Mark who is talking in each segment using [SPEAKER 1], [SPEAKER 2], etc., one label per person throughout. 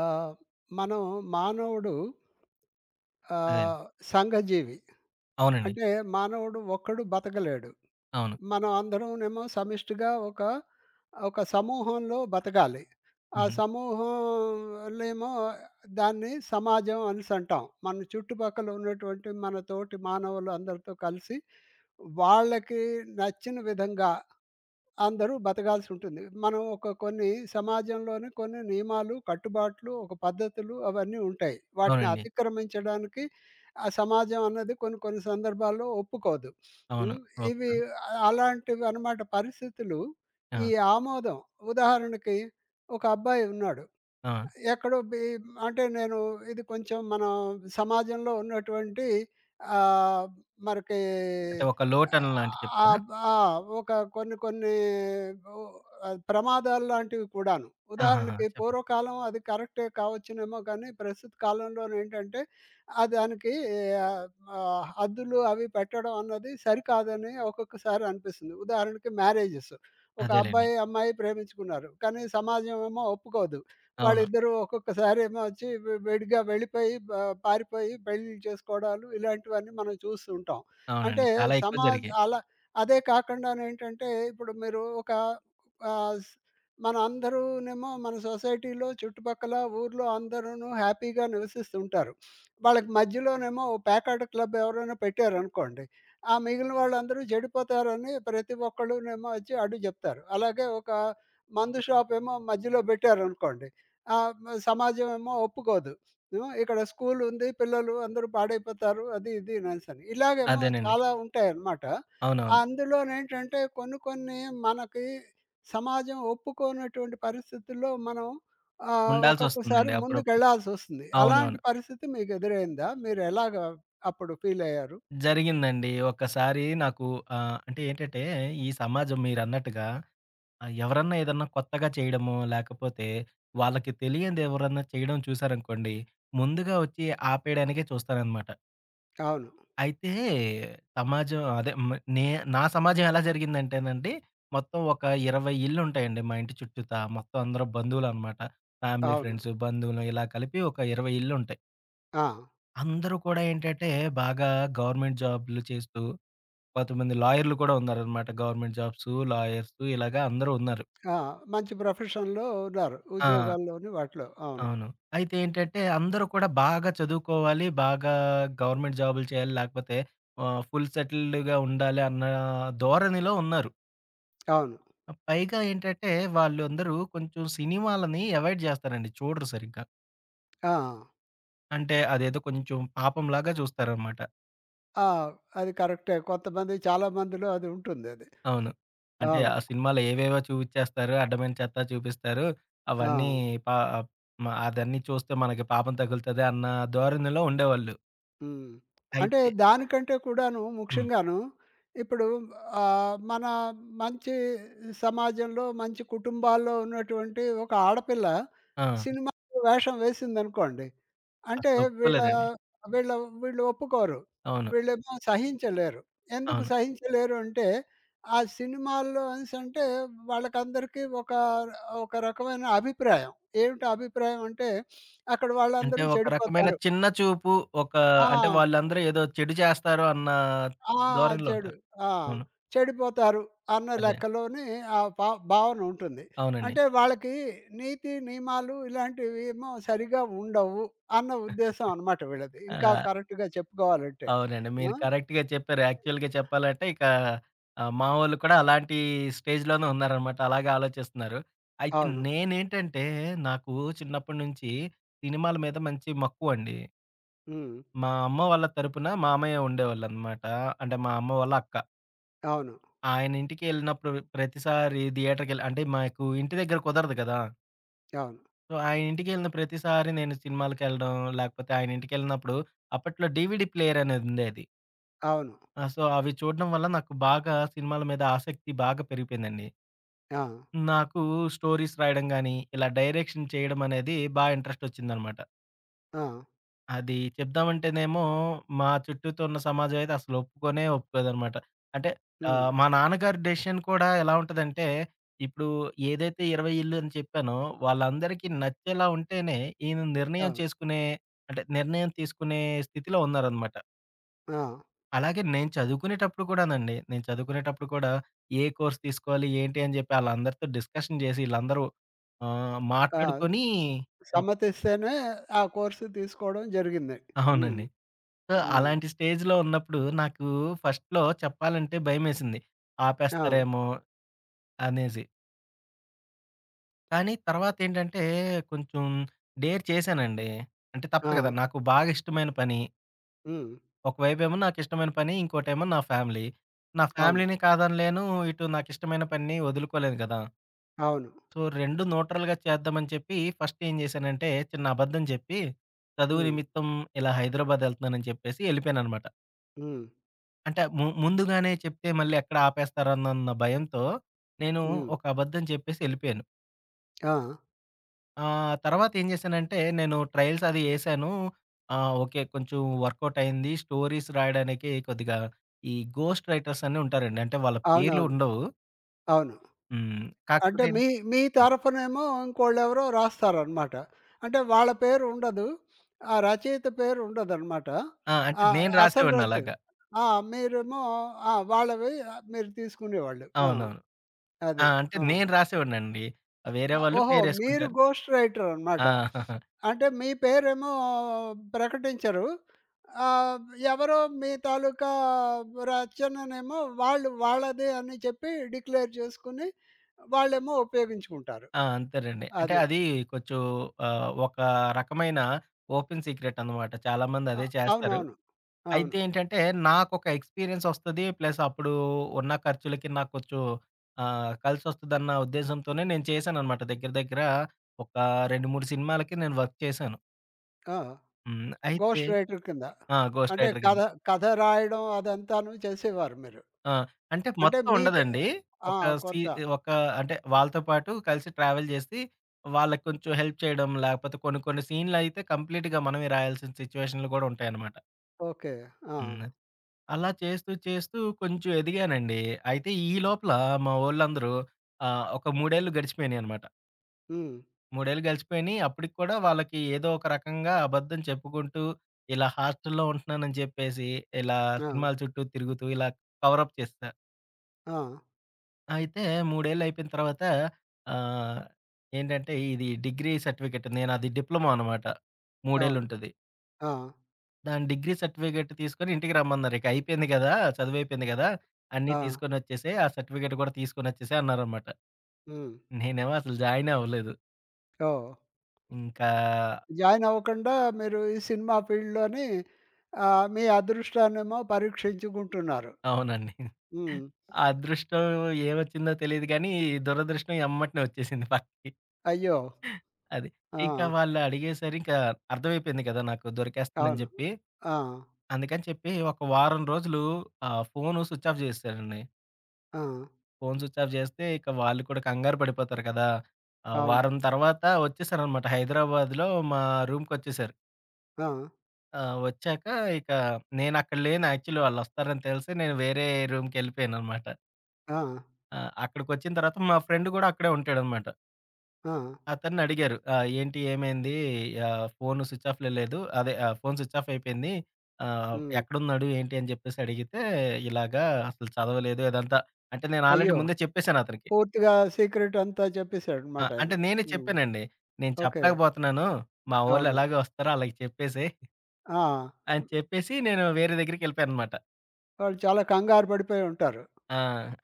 [SPEAKER 1] ఆహ్, మనం మానవుడు
[SPEAKER 2] అదే అండి.
[SPEAKER 1] ఆహ్, సంఘజీవి.
[SPEAKER 2] అవునండి.
[SPEAKER 1] అంటే మానవుడు ఒక్కడు బతకలేడు.
[SPEAKER 2] అవును.
[SPEAKER 1] మనం అందరమేమో సమిష్టిగా ఒక సమూహంలో బతకాలి. ఆ
[SPEAKER 2] హుహు.
[SPEAKER 1] సమూహంలేమో దాన్ని సమాజం అనేసంటాం. మన చుట్టుపక్కల ఉన్నటువంటి మన తోటి మానవులు అందరితో కలిసి వాళ్ళకి నచ్చిన విధంగా అందరూ బతకాల్సి ఉంటుంది. మనం ఒక కొన్ని సమాజంలోని కొన్ని నియమాలు, కట్టుబాట్లు, ఒక పద్ధతులు అవన్నీ ఉంటాయి. వాటిని
[SPEAKER 2] అవునండి.
[SPEAKER 1] అతిక్రమించడానికి ఆ సమాజం అన్నది కొన్ని కొన్ని సందర్భాల్లో ఒప్పుకోదు.
[SPEAKER 2] అవును.
[SPEAKER 1] హ్మ్. ఇవి
[SPEAKER 2] ఒక్కది.
[SPEAKER 1] అలాంటివన్నమాట పరిస్థితులు ఈ
[SPEAKER 2] ఆ!
[SPEAKER 1] ఆమోదం ఉదాహరణకి ఒక అబ్బాయి ఉన్నాడు.
[SPEAKER 2] ఆ!
[SPEAKER 1] ఎక్కడో బి అంటే నేను ఇది కొంచెం మనం సమాజంలో ఉన్నటువంటి ఆహ్, మనకి
[SPEAKER 2] అంటే ఒక
[SPEAKER 1] ఆహ్,
[SPEAKER 2] లోటనలు లాంటివి
[SPEAKER 1] ఆ!
[SPEAKER 2] చెప్పారా?
[SPEAKER 1] ఆ ఒక కొన్ని కొన్ని ఓ ఆహ్, ప్రమాదాలు లాంటివి కూడాను.
[SPEAKER 2] ఆహాహా!
[SPEAKER 1] ఉదాహరణకి
[SPEAKER 2] చెప్పండి.
[SPEAKER 1] పూర్వకాలం అది కరెక్టే కావచ్చునేమో కానీ, ప్రస్తుత కాలంలోనేంటంటే దానికి ఆహ్, ఆహ్, హద్దులు అవి పెట్టడం అన్నది సరికాదని ఒక్కొక్కసారి అనిపిస్తుంది. ఉదాహరణకి మ్యారేజెస్. ఒక
[SPEAKER 2] అదేలెండి.
[SPEAKER 1] అబ్బాయి, అమ్మాయి ప్రేమించుకున్నారు. కానీ సమాజం ఏమో ఒప్పుకోదు.
[SPEAKER 2] అవును.
[SPEAKER 1] వాళ్ళిద్దరూ ఒక్కొక్కసారి ఏమో వచ్చి వె వెడిగా వెళ్ళిపోయి పారిపోయి పెళ్ళిళ్ళు చేసుకోవడాలు ఇలాంటివన్నీ మనం చూస్తూ ఉంటాం. అంటే
[SPEAKER 2] అవునండి.
[SPEAKER 1] ఓకే.
[SPEAKER 2] చాలా ఎక్కువ
[SPEAKER 1] సమాజ్
[SPEAKER 2] జరిగాయి.
[SPEAKER 1] అలా అదే కాకుండానేంటంటే ఇప్పుడు మీరు ఒక ఆహ్, స్ మనందరూనేమో మన సొసైటీలో చుట్టుపక్కల ఊర్లో అందరూను హ్యాపీగా నివసిస్తుంటారు. వాళ్ళకి మధ్యలోనేమో ఓ ప్యాకాట్ క్లబ్ ఎవరైనా పెట్టారనుకోండి. ఆ మిగిలిన వాళ్ళందరూ చెడిపోతారని ప్రతి ఒక్కళ్ళునేమో వచ్చి అడ్డు చెప్తారు. అలాగే ఒక మందు షాప్ ఏమో మధ్యలో పెట్టారనుకోండి. ఆ! మ సమాజం ఏమో ఒప్పుకోదు. ఇక్కడ స్కూల్ ఉంది. పిల్లలు అందరూ పాడైపోతారు. అది ఇది అనేసని. ఇలాగేమో
[SPEAKER 2] అదేనండి.
[SPEAKER 1] చాలా ఉంటాయన్నమాట.
[SPEAKER 2] అవునవును.
[SPEAKER 1] అందులోనేంటంటే కొన్ని కొన్ని మనకి సమాజం ఒప్పుకోనటువంటి పరిస్థితుల్లో మనం ఒక్కొక్కసారి
[SPEAKER 2] ఉండాల్సొస్తుందండి అప్పుడప్పుడు.
[SPEAKER 1] ముందుకెళ్ళాల్సొస్తుంది. అలాంటి
[SPEAKER 2] అవునవును.
[SPEAKER 1] పరిస్థితి మీకు ఎదురైందా? మీరు ఎలాగా అప్పుడు ఫీలయ్యారు?
[SPEAKER 2] జరిగిందండి. ఒక్కసారి నాకు అంటే ఏంటంటే ఈ సమాజం మీరన్నట్టుగా ఎవరన్నా ఏదన్నా కొత్తగా చేయడమో, లేకపోతే వాళ్ళకి తెలియనిది ఎవరన్నా చేయడం చూసారనుకోండి, ముందుగా వచ్చి ఆపేయడానికే చూస్తారనమాట.
[SPEAKER 1] అవును.
[SPEAKER 2] అయితే సమాజం అదే మ నే నా సమాజం ఎలా జరిగిందంటేనండి, మొత్తం ఒక 20 ఇళ్ళుంటాయండి మా ఇంటి చుట్టూతా. మొత్తం అందరూ బంధువులనమాట. ఫ్యామిలీ,
[SPEAKER 1] అవును.
[SPEAKER 2] ఫ్రెండ్స్, బంధువులు ఇలా కలిపి ఒక 20 ఇళ్ళుంటాయి.
[SPEAKER 1] ఆ!
[SPEAKER 2] అందరూ కూడా ఏంటంటే బాగా గవర్నమెంట్ జాబ్‌లు చేస్తూ, కొంతమంది లాయర్‌లు కూడా ఉన్నారనమాట. గవర్నమెంట్ జాబ్స్, లాయర్స్ ఇలాగా అందరూ ఉన్నారు.
[SPEAKER 1] ఆ! మంచి ప్రొఫెషన్‌లో ఉన్నారు.
[SPEAKER 2] ఆ!
[SPEAKER 1] ఉద్యోగాల్లోని వాటిలో. అవును.
[SPEAKER 2] అవును. అయితే ఏంటంటే అందరూ కూడా బాగా చదువుకోవాలి, బాగా గవర్నమెంట్ జాబులు చేయాలి, లేకపోతే ఫుల్ సెటిల్డ్‌గా ఉండాలి అన్న ధోరణిలో ఉన్నారు.
[SPEAKER 1] అవును.
[SPEAKER 2] పైగా ఏంటంటే వాళ్ళందరూ కొంచెం సినిమాలని అవాయిడ్ చేస్తారండి. చూడరు సరిగ్గా.
[SPEAKER 1] ఆ!
[SPEAKER 2] అంటే అదేదో కొంచెం పాపంలాగా చూస్తారనమాట.
[SPEAKER 1] ఆ! అది కరెక్టే. కొంతమంది చాలా మందిలో అది ఉంటుందది.
[SPEAKER 2] అవును. అంటే
[SPEAKER 1] అవును.
[SPEAKER 2] ఆ సినిమాలో ఏవేవో చూపిచ్చేస్తారు. అడ్డమైన చెత్త చూపిస్తారు.
[SPEAKER 1] ఆ!
[SPEAKER 2] అవన్నీ పా మ అదన్నీ చూస్తే మనకి పాపం తగులుతది అన్న ధోరణిలో ఉండేవాళ్ళు.
[SPEAKER 1] హ్మ్. అంటే
[SPEAKER 2] అయితే
[SPEAKER 1] దానికంటే కూడాను
[SPEAKER 2] హ్మ్.
[SPEAKER 1] ముఖ్యంగాను ఇప్పుడు మన మంచి సమాజంలో, మంచి కుటుంబాల్లో ఉన్నటువంటి ఒక ఆడపిల్ల
[SPEAKER 2] ఆ!
[SPEAKER 1] సినిమాలో వేషం వేసిందనుకోండి. అంటే
[SPEAKER 2] అసలు
[SPEAKER 1] వీళ్ళ
[SPEAKER 2] ఒప్పుకోలేరండి.
[SPEAKER 1] వీళ్ళ వీళ్ళు ఒప్పుకోరు.
[SPEAKER 2] అవును.
[SPEAKER 1] వీళ్ళేమో సహించలేరు. ఎందుకు
[SPEAKER 2] అవును.
[SPEAKER 1] సహించలేరు అంటే, ఆ సినిమాల్లో అనేసంటే వాళ్ళకందరికీ ఒక రకమైన అభిప్రాయం. ఏమిటి అభిప్రాయం అంటే, అక్కడ
[SPEAKER 2] అంటే
[SPEAKER 1] వాళ్ళందరూ
[SPEAKER 2] ఒక రకమైన
[SPEAKER 1] చెడిపోతారు.
[SPEAKER 2] చిన్న చూపు ఒక
[SPEAKER 1] ఆ!
[SPEAKER 2] అంటే వాళ్ళందరూ ఏదో చెడు చేస్తారు అన్న
[SPEAKER 1] ఆ!
[SPEAKER 2] ధోరణిలో
[SPEAKER 1] చెడు.
[SPEAKER 2] ఉంటారు.
[SPEAKER 1] ఆ!
[SPEAKER 2] అవును.
[SPEAKER 1] చెడిపోతారు అన్న
[SPEAKER 2] అదే.
[SPEAKER 1] లెక్కలోని ఆ భావన ఉంటుంది.
[SPEAKER 2] అవునండి.
[SPEAKER 1] అంటే వాళ్ళకి నీతి, నియమాలు ఇలాంటివేమో సరిగా ఉండవు అన్న ఉద్దేశం అనమాట వీళ్ళది. ఇంకా
[SPEAKER 2] ఆ!
[SPEAKER 1] కరెక్ట్‌గా చెప్పుకోవాలంటే.
[SPEAKER 2] అవునండి. మీరు
[SPEAKER 1] ఆ!
[SPEAKER 2] కరెక్ట్‌గా చెప్పారు. యాక్చువల్‌గా చెప్పాలంటే ఇక మా వోళ్ళు కూడా అలాంటి స్టేజ్‌లోనే ఉన్నారనమాట. అలాగే ఆలోచిస్తున్నారు. అయితే
[SPEAKER 1] అవును.
[SPEAKER 2] నేనేంటంటే నాకు చిన్నప్పటి నుంచి సినిమాల మీద మంచి మక్కువండి.
[SPEAKER 1] హ్మ్.
[SPEAKER 2] మా అమ్మ వాళ్ళ తరపున మామయ్య ఉండేవాళ్ళనమాట. అంటే మా అమ్మ వాళ్ళ అక్క.
[SPEAKER 1] అవును.
[SPEAKER 2] ఆయన ఇంటికెళ్ళినప్పుడు ప్రతిసారి థియేటర్‌కెళ్ళి అంటే మాకు ఇంటి దగ్గర కుదరదు కదా!
[SPEAKER 1] అవును.
[SPEAKER 2] సో, ఆయన ఇంటికెళ్ళిన ప్రతిసారి నేను సినిమాలకెళ్ళడం, లేకపోతే ఆయన ఇంటికెళ్ళినప్పుడు అప్పట్లో డీవీడీ ప్లేయర్ అనేది ఉండేది.
[SPEAKER 1] అవును.
[SPEAKER 2] ఆ! సో, అవి చూడడం వల్ల నాకు బాగా సినిమాల మీద ఆసక్తి బాగా పెరిగిపోయిందండి.
[SPEAKER 1] ఆ!
[SPEAKER 2] నాకు స్టోరీస్ రాయడం గాని, ఇలా డైరెక్షన్ చేయడం అనేది ఇంట్రెస్టొచ్చిందనమాట.
[SPEAKER 1] ఆ!
[SPEAKER 2] అది చెప్దామంటేనేమో మా చుట్టూతో ఉన్న సమాజం అయితే అసలు ఒప్పుకోనే ఒప్పుకోదనమాట. అంటే
[SPEAKER 1] హ్మ్.
[SPEAKER 2] మా నాన్నగారి డెసిషన్ కూడా ఎలా ఉంటదంటే, ఇప్పుడు ఏదైతే 20 ఇళ్ళు అని చెప్పానో వాళ్ళందరికీ నచ్చేలా ఉంటేనే ఈయన నిర్ణయం
[SPEAKER 1] అవును.
[SPEAKER 2] చేసుకునే అంటే నిర్ణయం తీసుకునే స్థితిలో ఉన్నారనమాట.
[SPEAKER 1] ఆ!
[SPEAKER 2] అలాగే నేను చదువుకునేటప్పుడు కూడానండి. నేను చదువుకునేటప్పుడు కూడా ఏ కోర్స్ తీసుకోవాలి, ఏంటి అని చెప్పి ఆళ్ళందరితో డిస్కషన్ చేసి ఈళ్ళందరూ
[SPEAKER 1] ఆ!
[SPEAKER 2] మాట్లాడుకొని ఒప్
[SPEAKER 1] సమ్మతిస్తేనే ఆ కోర్స్ తీసుకోవడం జరిగింది. హ్మ్.
[SPEAKER 2] అవునండి. సో,
[SPEAKER 1] హ్మ్.
[SPEAKER 2] అలాంటి స్టేజ్‌లో ఉన్నప్పుడు నాకు ఫస్ట్‌లో చెప్పాలంటే భయమేసింది.
[SPEAKER 1] ఆ!
[SPEAKER 2] ఆపేస్తారేమో అనేసి. కానీ తర్వాతేంటంటే కొంచెం డేర్ చేశానండి. అంటే
[SPEAKER 1] ఆ!
[SPEAKER 2] తప్పదు కదా! నాకు బాగా ఇష్టమైన పని.
[SPEAKER 1] హ్మ్.
[SPEAKER 2] ఒకవైపేమో నాకిష్టమైన పని, ఇంకోటేమో నా ఫ్యామిలీ. నా
[SPEAKER 1] అవును.
[SPEAKER 2] ఫ్యామిలీని కాదనలేను. ఇటు నాకిష్టమైన పనిని వదులుకోలేను కదా!
[SPEAKER 1] అవును.
[SPEAKER 2] సో, 2 న్యూట్రల్‌గా చేద్దామని చెప్పి ఫస్ట్ ఏం చేశానంటే, చిన్న అబద్ధం చెప్పి, చదువు
[SPEAKER 1] హ్మ్.
[SPEAKER 2] నిమిత్తం ఇలా హైదరాబాద్ ఎళ్తున్నానని చెప్పేసి ఎళ్ళిపోయాననమాట.
[SPEAKER 1] హ్మ్.
[SPEAKER 2] అంటే ముందుగానే చెప్తే మళ్ళీ ఎక్కడ ఆపేస్తారోనన్న భయంతో నేను
[SPEAKER 1] హ్మ్.
[SPEAKER 2] ఒక అబద్ధం చెప్పేసి ఎళ్ళిపోయాను.
[SPEAKER 1] ఆ!
[SPEAKER 2] తర్వాత ఏం చేశానంటే, నేను ట్రయల్స్ అది ఏశాను. ఓకే. కొంచెం వర్కౌట్ అయింది. స్టోరీస్ రాయడానికి కొద్దిగా ఈ గోస్ట్ రైటర్స్ అని ఉంటారండి. అంటే వాళ్ళ పేర్లు
[SPEAKER 1] అవునవును.
[SPEAKER 2] ఉండవు.
[SPEAKER 1] అవును.
[SPEAKER 2] హ్మ్.
[SPEAKER 1] అంటే
[SPEAKER 2] కాకపోతే
[SPEAKER 1] మీ మీ తరఫునేమో ఇంకోళ్ళెవరో రాస్తారనమాట. అంటే వాళ్ళ పేరు ఉండదు. ఆ రచయిత పేరు ఉండదనమాట.
[SPEAKER 2] ఆ! అంటే
[SPEAKER 1] ఆహ్,
[SPEAKER 2] నేను
[SPEAKER 1] అసలు
[SPEAKER 2] రాసేవాడిని
[SPEAKER 1] రచయి
[SPEAKER 2] అలాగా.
[SPEAKER 1] ఆ! మీరేమో వాళ్ళవి మీరు తీసుకునేవాళ్ళు. ఆ!
[SPEAKER 2] అవునవును. ఆ!
[SPEAKER 1] అది.
[SPEAKER 2] అంటే
[SPEAKER 1] ఆ!
[SPEAKER 2] నేను రాసేవాడినండి. వేరే
[SPEAKER 1] ఆ,
[SPEAKER 2] వాళ్ళు
[SPEAKER 1] ఓహో! మీరు
[SPEAKER 2] పేరేసుకుంటారు.
[SPEAKER 1] ఘోస్ట్ రైటర్ అనమాట.
[SPEAKER 2] ఆ!
[SPEAKER 1] అంటే మీ పేరేమో ప్రకటించరు. ఆహ్, ఎవరో మీ తాలూకా రచననేమో వాళ్ళు వాళ్ళదే అని చెప్పి డిక్లేర్ చేసుకొని, వాళ్ళేమో ఉపయోగించుకుంటారు.
[SPEAKER 2] ఆ! అంతేనండి. అంటే
[SPEAKER 1] అది.
[SPEAKER 2] అది కొంచెం ఒక రకమైన ఓపెన్ సీక్రెట్ అనమాట. చాలామంది
[SPEAKER 1] అ
[SPEAKER 2] అదే చేస్తారు.
[SPEAKER 1] అవునవును.
[SPEAKER 2] అయితే
[SPEAKER 1] అవును.
[SPEAKER 2] ఏంటంటే నాకొక ఎక్స్‌పీరియన్స్ ఒస్తది. ప్లస్ అప్పుడు ఉన్న ఖర్చులకి నాకు కొంచెం కలిసొస్తదన్న ఉద్దేశంతోనే నేను చేశాననమాట. దగ్గర దగ్గర ఒక 2, 3 సినిమాలకి నేను వర్క్ చేశాను.
[SPEAKER 1] ఆ!
[SPEAKER 2] హ్మ్. అయితే
[SPEAKER 1] ఘోస్ట్ రైటర్ కింద.
[SPEAKER 2] ఆ! గోస్ట్
[SPEAKER 1] అంటే
[SPEAKER 2] రైటర్ కింద.
[SPEAKER 1] కథ కథ రాయడం అదంతాను చేసేవారు మీరు.
[SPEAKER 2] ఆ! అంటే
[SPEAKER 1] అంటే
[SPEAKER 2] మొత్తం
[SPEAKER 1] మీకు
[SPEAKER 2] ఉండదండి.
[SPEAKER 1] ఆ!
[SPEAKER 2] ఒక సీ
[SPEAKER 1] కొంత.
[SPEAKER 2] ఒక అంటే వాళ్ళతో పాటు కలిసి ట్రావెల్ చేసి, వాళ్ళకి కొంచెం హెల్ప్ చేయడం, లేకపోతే కొన్ని కొన్ని సీన్‌లయితే కంప్లీట్‌గా మనమే రాయాల్సిన సిట్యుయేషన్‌లు కూడా ఉంటాయన్నమాట.
[SPEAKER 1] ఓకే. ఆ!
[SPEAKER 2] హ్మ్. అలా చేస్తూ చేస్తూ కొంచెం ఎదిగానండి. అయితే ఈ
[SPEAKER 1] హ్మ్.
[SPEAKER 2] లోపల మా వోళ్ళందరూ ఒక 3 ఏళ్ళు గడిచిపోయినాయన్నమాట.
[SPEAKER 1] హ్మ్.
[SPEAKER 2] 3 ఏళ్ళు గడిచిపోయినాయి. అప్పటికి కూడా వాళ్ళకి ఏదో ఒక రకంగా అబద్ధం చెప్పుకుంటూ, ఇలా హాస్టల్‌లో ఉంటున్నానని చెప్పేసి, ఇలా
[SPEAKER 1] ఆ!
[SPEAKER 2] సినిమాల చుట్టూ తిరుగుతూ ఇలా కవరప్ చేసేసారు.
[SPEAKER 1] ఆ!
[SPEAKER 2] అయితే 3 ఏళ్ళు అయిపోయిన తర్వాత ఆహ్, ఏంటంటే ఇది డిగ్రీ సర్టిఫికేట్ నేనది డిప్లొమా అనమాట. 3 ఏళ్ళు
[SPEAKER 1] అవును.
[SPEAKER 2] ఉంటది.
[SPEAKER 1] ఆ!
[SPEAKER 2] దాని డిగ్రీ సర్టిఫికేట్ తీసుకొని ఇంటికి రమ్మన్నారు. ఇక అయిపోయింది గదా! చదువయిపోయింది గదా! అన్నీ
[SPEAKER 1] ఆ!
[SPEAKER 2] తీసుకొనొచ్చేసేయి. ఆ సర్టిఫికేట్ కూడా తీసుకొనొచ్చేసేయి అన్నారనమాట.
[SPEAKER 1] హ్మ్.
[SPEAKER 2] నేనేమో అసలు జాయినే అవ్వలేదు.
[SPEAKER 1] ఓహ్!
[SPEAKER 2] ఇంకా
[SPEAKER 1] జాయిన్ అవ్వకుండా మీరు ఈ సినిమా ఫీల్డ్‌లోని మీ అదృష్టాన్నేమో పరీక్షించుకుంటున్నారు.
[SPEAKER 2] అవునండి.
[SPEAKER 1] హ్మ్.
[SPEAKER 2] ఆ అదృష్టం ఏమొచ్చిందో తెలీదు గానీ, దురదృష్టం ఎమ్మటనే వచ్చేసింది పక్కకి.
[SPEAKER 1] అయ్యో!
[SPEAKER 2] అది.
[SPEAKER 1] ఆ!
[SPEAKER 2] ఇక వాళ్ళు అడిగేసరి ఇంకా అర్థమైపోయింది కదా! నాకు దొరికేస్తానని
[SPEAKER 1] అవును.
[SPEAKER 2] జెప్పి
[SPEAKER 1] ఆ!
[SPEAKER 2] అందుకని చెప్పి ఒక వారం రోజులు ఫోను స్విచ్ ఆఫ్ జేసేశానండి.
[SPEAKER 1] ఆ!
[SPEAKER 2] ఫోను స్విచ్ ఆఫ్ జేస్తే ఇక వాళ్ళు కూడా కంగారు పడిపోతారు కదా!
[SPEAKER 1] అవును.
[SPEAKER 2] వారం తర్వాత వచ్చేసారనమాట హైదరాబాద్‌లో మా రూమ్‌కొచ్చేసారు.
[SPEAKER 1] ఆ!
[SPEAKER 2] వచ్చాక ఇక నేనక్కడ లేను యాక్చువల్లీ వాళ్ళొస్తారని తెలిసి నేను వేరే రూమ్‌కెళ్ళిపోయాననమాట.
[SPEAKER 1] ఆ!
[SPEAKER 2] అక్కడికొచ్చిన తర్వాత మా ఫ్రెండ్ గూడా అక్కడే ఉంటాడనమాట.
[SPEAKER 1] ఆ!
[SPEAKER 2] అతన్నడిగారు. "ఏంటి ఏమైంది? ఫోను స్విచ్ ఆఫ్‌లో లేదు. అదే ఫోను స్విచ్ ఆఫ్ అయిపోయింది.
[SPEAKER 1] హ్మ్.
[SPEAKER 2] ఎక్కడున్నాడు? ఏంటి?" అని చెప్పేసి అడిగితే, "ఇలాగా అసలు చదవలేదు ఇదంతా" అంటే నేను ఆల్రెడీ
[SPEAKER 1] అయ్యో!
[SPEAKER 2] ముందే చెప్పేసాను అతనికి.
[SPEAKER 1] పూర్తిగా సీక్రెట్ అంతా
[SPEAKER 2] ఆ!
[SPEAKER 1] చెప్పేసాడనమాట ఆయన.
[SPEAKER 2] అంటే నేనే
[SPEAKER 1] హ్మ్.
[SPEAKER 2] చెప్పానండి. "నేను
[SPEAKER 1] ఓకే.
[SPEAKER 2] చెప్పలేకపోతున్నాను. మా వోళ్ళు
[SPEAKER 1] అవును.
[SPEAKER 2] ఎలాగో వస్తారో ఆళ్ళకి చెప్పేసేయి"
[SPEAKER 1] ఆ!
[SPEAKER 2] అని చెప్పేసి నేను వేరే దగ్గరికెళ్ళిపోయాననమాట.
[SPEAKER 1] వాళ్ళు చాలా కంగారు పడిపోయి ఉంటారు.
[SPEAKER 2] ఆ!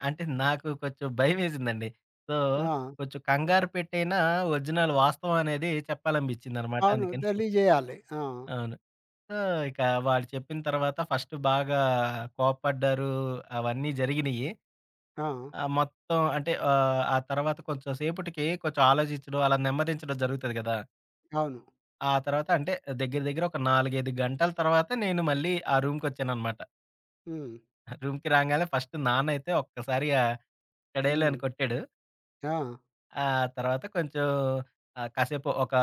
[SPEAKER 2] అంటే నాకు కొంచెం భయమేసిందండి. సో,
[SPEAKER 1] ఆ!
[SPEAKER 2] కొంచెం కంగారు పెట్టైనా ఒరిజినల్ వాస్తవం అనేది చెప్పాలనిపించిందనమాట
[SPEAKER 1] అవును.
[SPEAKER 2] అందుకని.
[SPEAKER 1] తెలియజేయాలి. ఆ!
[SPEAKER 2] అవును. ఆ! ఇక వాళ్ళు చెప్పిన తర్వాత ఫస్ట్ బాగా కోప్పడ్డారు. అవన్నీ జరిగినియి.
[SPEAKER 1] ఆ!
[SPEAKER 2] మొత్తం అంటే ఆ తర్వాత కొంచెం సేపటికి కొంచెం ఆలోచించడం, అలా నెమ్మదించడం జరుగుతది గదా!
[SPEAKER 1] అవును.
[SPEAKER 2] ఆ తర్వాత అంటే దగ్గర దగ్గర ఒక 4, 5 గంటల తర్వాత నేను మళ్ళీ ఆ రూమ్‌కొచ్చాననమాట.
[SPEAKER 1] హ్మ్.
[SPEAKER 2] రూమ్‌కి రాంగానే ఫస్ట్ నాన్నయితే ఒక్కసారిగా చడేలు
[SPEAKER 1] హ్మ్.
[SPEAKER 2] అని కొట్టాడు.
[SPEAKER 1] ఆ!
[SPEAKER 2] ఆ తర్వాత కొంచెం కాసేపు ఒక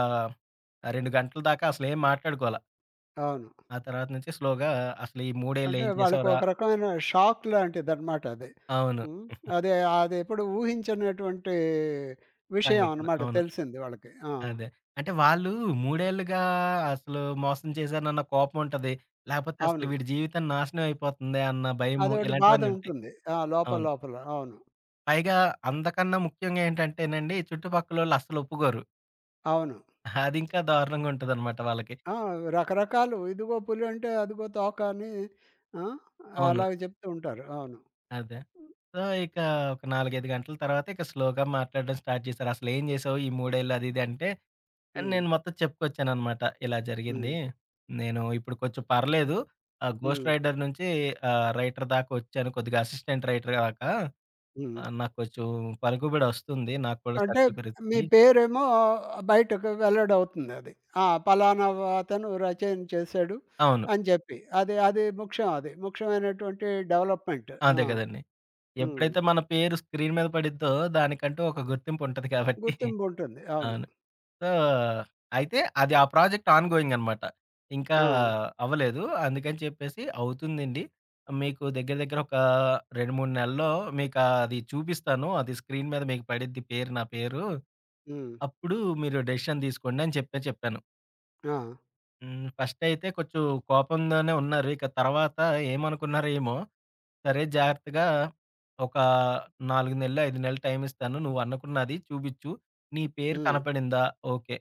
[SPEAKER 2] 2 గంటల దాకా అసలేం మాట్లాడుకోల.
[SPEAKER 1] అవును.
[SPEAKER 2] ఆ తర్వాత నుంచి స్లోగా అసలు ఈ మూడేళ్ళు
[SPEAKER 1] అంటే
[SPEAKER 2] ఏం
[SPEAKER 1] వాళ్ళకి
[SPEAKER 2] చేసావురా
[SPEAKER 1] ఒక రకమైన షాక్ లాంటిదనమాట అది.
[SPEAKER 2] అవును.
[SPEAKER 1] హ్మ్. అది అదెప్పుడు ఊహించనటువంటి విషయం
[SPEAKER 2] సంఘటన.
[SPEAKER 1] అనమాట
[SPEAKER 2] అవును.
[SPEAKER 1] తెలిసింది వాళ్ళకి. ఆ!
[SPEAKER 2] అదే. అంటే వాళ్ళు 3 ఏళ్లుగా అసలు మోసం చేశానన్న కోపం ఉంటది. లేపోతే అసలు
[SPEAKER 1] అవును.
[SPEAKER 2] వీడి జీవితం నాశనం అయిపోతుంది అన్న భయము
[SPEAKER 1] అదోటి బాధ
[SPEAKER 2] ఇలాంటివన్నీ ఉంటాయి.
[SPEAKER 1] ఉంటుంది. ఆ! లోపల
[SPEAKER 2] అవును.
[SPEAKER 1] లోపల. అవును.
[SPEAKER 2] పైగా అందకన్నా ముఖ్యంగా ఏంటంటేనండి చుట్టుపక్కలోళ్ళు అస్సలు ఒప్పుకోరు.
[SPEAKER 1] అవును.
[SPEAKER 2] అదింకా దారుణంగా ఉంటదనమాట వాళ్ళకి.
[SPEAKER 1] ఆ! రకరకాలు ఇదిగో పులి అంటే అదిగో తోక అని ఆ!
[SPEAKER 2] అవును.
[SPEAKER 1] అలాగ చెప్తూ ఉంటారు. అవును.
[SPEAKER 2] అదే. సో, ఇక ఒక 4, 5 గంటల తర్వాత ఇక స్లోగా మాట్లాడడం స్టార్ట్ చేశారు. అసలేం జేశావు ఈ 3 ఏళ్ళు అది ఇది అంటే
[SPEAKER 1] హ్మ్.
[SPEAKER 2] నేను మొత్తం చెప్పుకొచ్చాననమాట. ఇలా
[SPEAKER 1] హ్మ్.
[SPEAKER 2] జరిగింది. నేను ఇప్పుడు కొంచెం పర్లేదు. గోస్ట్
[SPEAKER 1] హ్మ్.
[SPEAKER 2] రైడర్ నుంచి రైటర్ దాకా వచ్చాను. కొద్దిగా అసిస్టెంట్ రైటర్ దాకా
[SPEAKER 1] హ్మ్.
[SPEAKER 2] నాకు కొంచెం పలుకుబడి వస్తుంది. నాకు కూడా
[SPEAKER 1] అంటే
[SPEAKER 2] సర్కిల్
[SPEAKER 1] మీ
[SPEAKER 2] పెరుగుతుంది.
[SPEAKER 1] పేరేమో బయటకు వెల్లడవుతుందది. ఆ! పలానా వ అతను రచన చేశాడు
[SPEAKER 2] అవును.
[SPEAKER 1] అని జెప్పి. అది అది ముఖ్యం అది. ముఖ్యమైనటువంటి డెవలప్‌మెంట్. ఆ!
[SPEAKER 2] అదే కదండీ.
[SPEAKER 1] హ్మ్.
[SPEAKER 2] ఎప్పుడైతే మన పేరు స్క్రీన్ మీద పడిద్దో దానికంటూ ఒక గుర్తింపు ఉంటది కాబట్టి
[SPEAKER 1] గుర్తింపుంటుంది. అవును.
[SPEAKER 2] అవును. సో, అయితే అది ఆ ప్రాజెక్ట్ ఆన్ గోయింగ్ అనమాట. ఇంకా
[SPEAKER 1] ఆ!
[SPEAKER 2] అవ్వలేదు. అందుకని చెప్పేసి అవుతుందండి. మీకు దగ్గర దగ్గర ఒక 2, 3 నెలల్లో మీకు అది చూపిస్తాను. అది స్క్రీన్ మీద మీకు పడిద్ది పేరు నా పేరు.
[SPEAKER 1] హ్మ్.
[SPEAKER 2] అప్పుడు మీరు డెసిషన్ తీసుకోండి అని చెప్పే చెప్పాను.
[SPEAKER 1] ఆ!
[SPEAKER 2] హ్మ్. ఫస్ట్ అయితే కొంచెం కోపంలోనే ఉన్నారు. ఇక తర్వాత ఏమనుకున్నారో ఏమో, సరే జాగ్రత్తగా ఒక 4 నెలలు, 5 నెలలు టైం ఇస్తాను. నువ్వు అనుకున్నది చూపించు. నీ పేరు
[SPEAKER 1] హ్మ్.
[SPEAKER 2] కనపడిందా? ఓకే.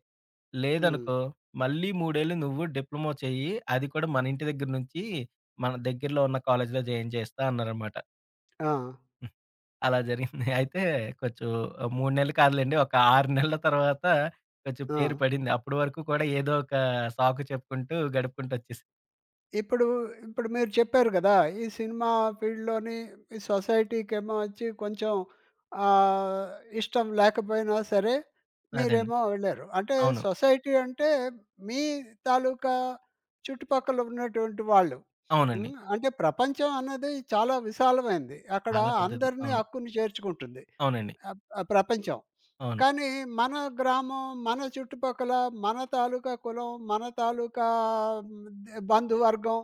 [SPEAKER 1] హ్మ్.
[SPEAKER 2] లేదనుకో, మళ్ళీ 3 ఏళ్ళు నువ్వు డిప్లొమా చెయ్యి. అది కూడా మన ఇంటి దగ్గర నుంచి, మన దగ్గరలో ఉన్న కాలేజీలో జాయిన్ చేస్తా అన్నారనమాట.
[SPEAKER 1] ఆ!
[SPEAKER 2] అలా జరిగింది. అయితే కొంచెం 3 నెలలు కాదులెండి. ఒక 6 నెలల తర్వాత కొంచెం
[SPEAKER 1] ఆ!
[SPEAKER 2] పేరు పడింది. అప్పటి వరకు కూడా ఏదో ఒక సాకు చెప్పుకుంటూ, గడుపుకుంటూ వచ్చేసా.
[SPEAKER 1] ఇప్పుడు, ఇప్పుడు మీరు చెప్పారు గదా! ఈ సినిమా ఫీల్డ్‌లోని ఈ సొసైటీకేమో వచ్చి కొంచెం ఆహ్, ఇష్టం లేకపోయినా సరే,
[SPEAKER 2] అదండి.
[SPEAKER 1] మీరేమో వెళ్లారు. అంటే
[SPEAKER 2] అవును.
[SPEAKER 1] సొసైటీ అంటే మీ తాలూకా చుట్టుపక్కల ఉన్నటువంటి వాళ్ళు.
[SPEAKER 2] అవునండి.
[SPEAKER 1] హ్మ్. అంటే ప్రపంచం అన్నది చాలా విశాలమైంది. అక్కడ
[SPEAKER 2] చాలా పెద్దది.
[SPEAKER 1] అందరిని
[SPEAKER 2] అవును.
[SPEAKER 1] హక్కుని చేర్చుకుంటుంది.
[SPEAKER 2] అవునండి.
[SPEAKER 1] ఆహ్, ఆ ప్రపంచం.
[SPEAKER 2] అవును.
[SPEAKER 1] కానీ మన గ్రామం, మన చుట్టుపక్కల, మన తాలూకా కులం, మన తాలూకా హ్మ్, ద బంధువర్గం,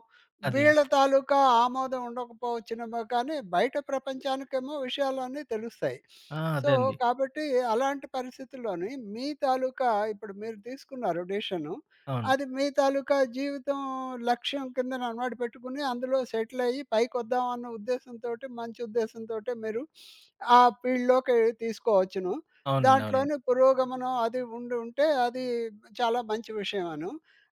[SPEAKER 2] అదే. అండి.
[SPEAKER 1] వీళ్ళ తాలూకా ఆమోదం ఉండకపోవచ్చునేమో కానీ, బయట ప్రపంచానికేమో విషయాలన్నీ తెలుస్తాయి.
[SPEAKER 2] ఆ!
[SPEAKER 1] సో,
[SPEAKER 2] అదే అండి.
[SPEAKER 1] కాబట్టి అలాంటి పరిస్థితుల్లోని మీ తాలూకా ఇప్పుడు మీరు తీసుకున్నారు డెసిషను.
[SPEAKER 2] అవును.
[SPEAKER 1] అది మీ తాలూకా జీవితం లక్ష్యం కిందన అన్నమాట పెట్టుకుని, అందులో సెటిల్ అయ్యి పైకొద్దాం అన్న ఉద్దేశంతోటి, మంచి ఉద్దేశంతోటే మీరు ఆ ఫీల్డ్‌లోకి తీసుకోవచ్చును.
[SPEAKER 2] అవునండి. అవునండి.
[SPEAKER 1] దాంట్లోని పురోగమనం అది ఉండి ఉంటే అది చాలా మంచి విషయమను.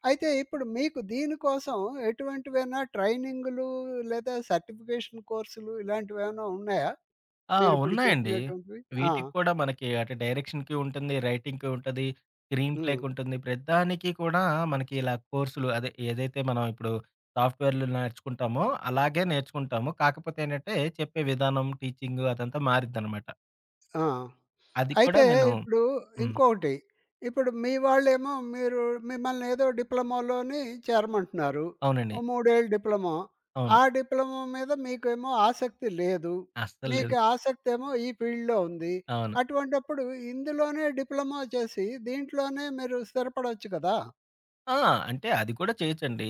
[SPEAKER 1] అయితే ఇప్పుడు మీకు దీనికోసం ఎటువంటివైనా ట్రైనింగులు లేదా సర్టిఫికేషన్ కోర్సులు ఇలాంటివేమైనా ఉన్నాయా?
[SPEAKER 2] ఆ!
[SPEAKER 1] మీరిప్పుడు
[SPEAKER 2] ఉన్నాయండి.
[SPEAKER 1] చెప్పినటువంటివి? ఆ!
[SPEAKER 2] వీటికి కూడా మనకి అటు డైరెక్షన్‌కి ఉంటుంది, రైటింగ్‌కి ఉంటది, స్క్రీన్
[SPEAKER 1] హ్మ్.
[SPEAKER 2] ప్లేకి ఉంటుంది. ప్రతిదానికి కూడా మనకి ఇలా కోర్సులు అదే ఏదైతే మనం ఇప్పుడు సాఫ్ట్‌వేర్‌లు నేర్చుకుంటామో అలాగే నేర్చుకుంటాము. కాకపోతే ఏంటంటే చెప్పే విధానం, టీచింగ్ అదంతా మారిద్దనమాట.
[SPEAKER 1] ఆ!
[SPEAKER 2] అది కూడా
[SPEAKER 1] అయితే
[SPEAKER 2] నేను
[SPEAKER 1] ఇప్పుడు
[SPEAKER 2] హ్మ్.
[SPEAKER 1] ఇంకొకటి, ఇప్పుడు మీ వాళ్ళేమో మిమ్మల్ని ఏదో డిప్లొమాలోని చేరమంటున్నారు. ఓ
[SPEAKER 2] అవునండి.
[SPEAKER 1] 3 ఏళ్ల డిప్లొమా.
[SPEAKER 2] అవును.
[SPEAKER 1] ఆ డిప్లొమా మీద మీకేమో ఆసక్తి లేదు.
[SPEAKER 2] అస్సలు లేదు.
[SPEAKER 1] మీకు ఆసక్తేమో ఈ ఫీల్డ్‌లో ఉంది.
[SPEAKER 2] అవును.
[SPEAKER 1] అటువంటప్పుడు ఇందులోనే డిప్లొమా చేసి దీంట్లోనే మీరు స్థిరపడొచ్చు కదా!
[SPEAKER 2] ఆ! అంటే అది కూడా చేయొచ్చండి.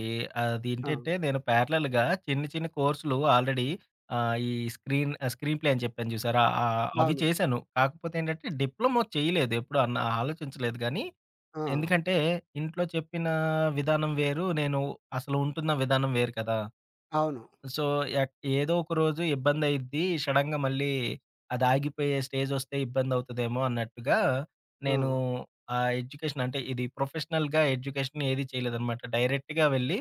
[SPEAKER 1] ఆ!
[SPEAKER 2] అదేంటంటే నేను ప్యారలెల్‌గా చిన్న చిన్న కోర్సులు ఆల్రెడీ ఈ స్క్రీన్ ప్లే అని చెప్పాను చూసారా? అవి
[SPEAKER 1] అవును.
[SPEAKER 2] చేశాను. కాకపోతే ఏంటంటే డిప్లొమా చేయలేదు. ఎప్పుడు ఆలోచించలేదు గానీ,
[SPEAKER 1] ఆ!
[SPEAKER 2] ఎందుకంటే ఇంట్లో చెప్పిన విధానం వేరు. నేను అసలు ఉంటున్న విధానం వేరు కదా!
[SPEAKER 1] అవును.
[SPEAKER 2] సో, ఎక్ ఏదో ఒక రోజు ఇబ్బందయిద్ది. సడెన్‌గా మళ్ళీ అది ఆగిపోయే స్టేజొస్తే ఇబ్బందవుతదేమో అన్నట్టుగా
[SPEAKER 1] ఆ!
[SPEAKER 2] నేను ఆ ఎడ్యుకేషన్ అంటే ఇది ప్రొఫెషనల్‌గా ఎడ్యుకేషన్ ఏది చేయలేదనమాట. డైరెక్ట్‌గా వెళ్ళి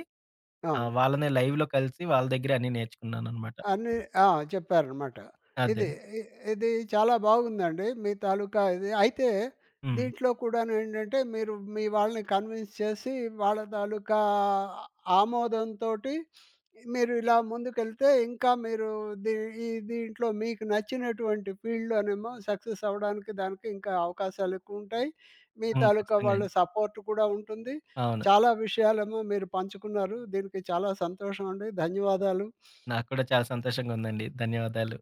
[SPEAKER 1] ఆ!
[SPEAKER 2] వాళ్ళనే లైవ్‌లో కలిసి వాళ్ళ దగ్గర అన్నీ నేర్చుకున్నాననమాట.
[SPEAKER 1] అన్నీ ఆ! చెప్పారనమాట.
[SPEAKER 2] అదే.
[SPEAKER 1] ఇది ఇ ఇది చాలా బాగుందండి. మీ తాలూకా ఇది. అయితే
[SPEAKER 2] హ్మ్.
[SPEAKER 1] దీంట్లో కూడానేంటంటే, మీరు మీ వాళ్ళని కన్విన్స్ చేసి, వాళ్ళ తాలూకా ఆమోదంతోటి మీరు ఇలా ముందుకెళ్తే, ఇంకా మీరు దీ ఈ దీంట్లో మీకు నచ్చినటువంటి ఫీల్డ్‌లోనేమో సక్సెస్ అవ్వడానికి, దానికి ఇంకా అవకాశాలు ఎక్కువుంటాయి. మీ
[SPEAKER 2] హ్మ్.
[SPEAKER 1] తాలూకా
[SPEAKER 2] ఖచ్చితంగా
[SPEAKER 1] వాళ్ళ
[SPEAKER 2] అండి.
[SPEAKER 1] సపోర్ట్ కూడా ఉంటుంది.
[SPEAKER 2] అవును.
[SPEAKER 1] చాలా విషయాలేమో మీరు పంచుకున్నారు. దీనికి చాలా సంతోషం అండి. ధన్యవాదాలు.
[SPEAKER 2] నాకు కూడా చాలా సంతోషంగా ఉందండి. ధన్యవాదాలు.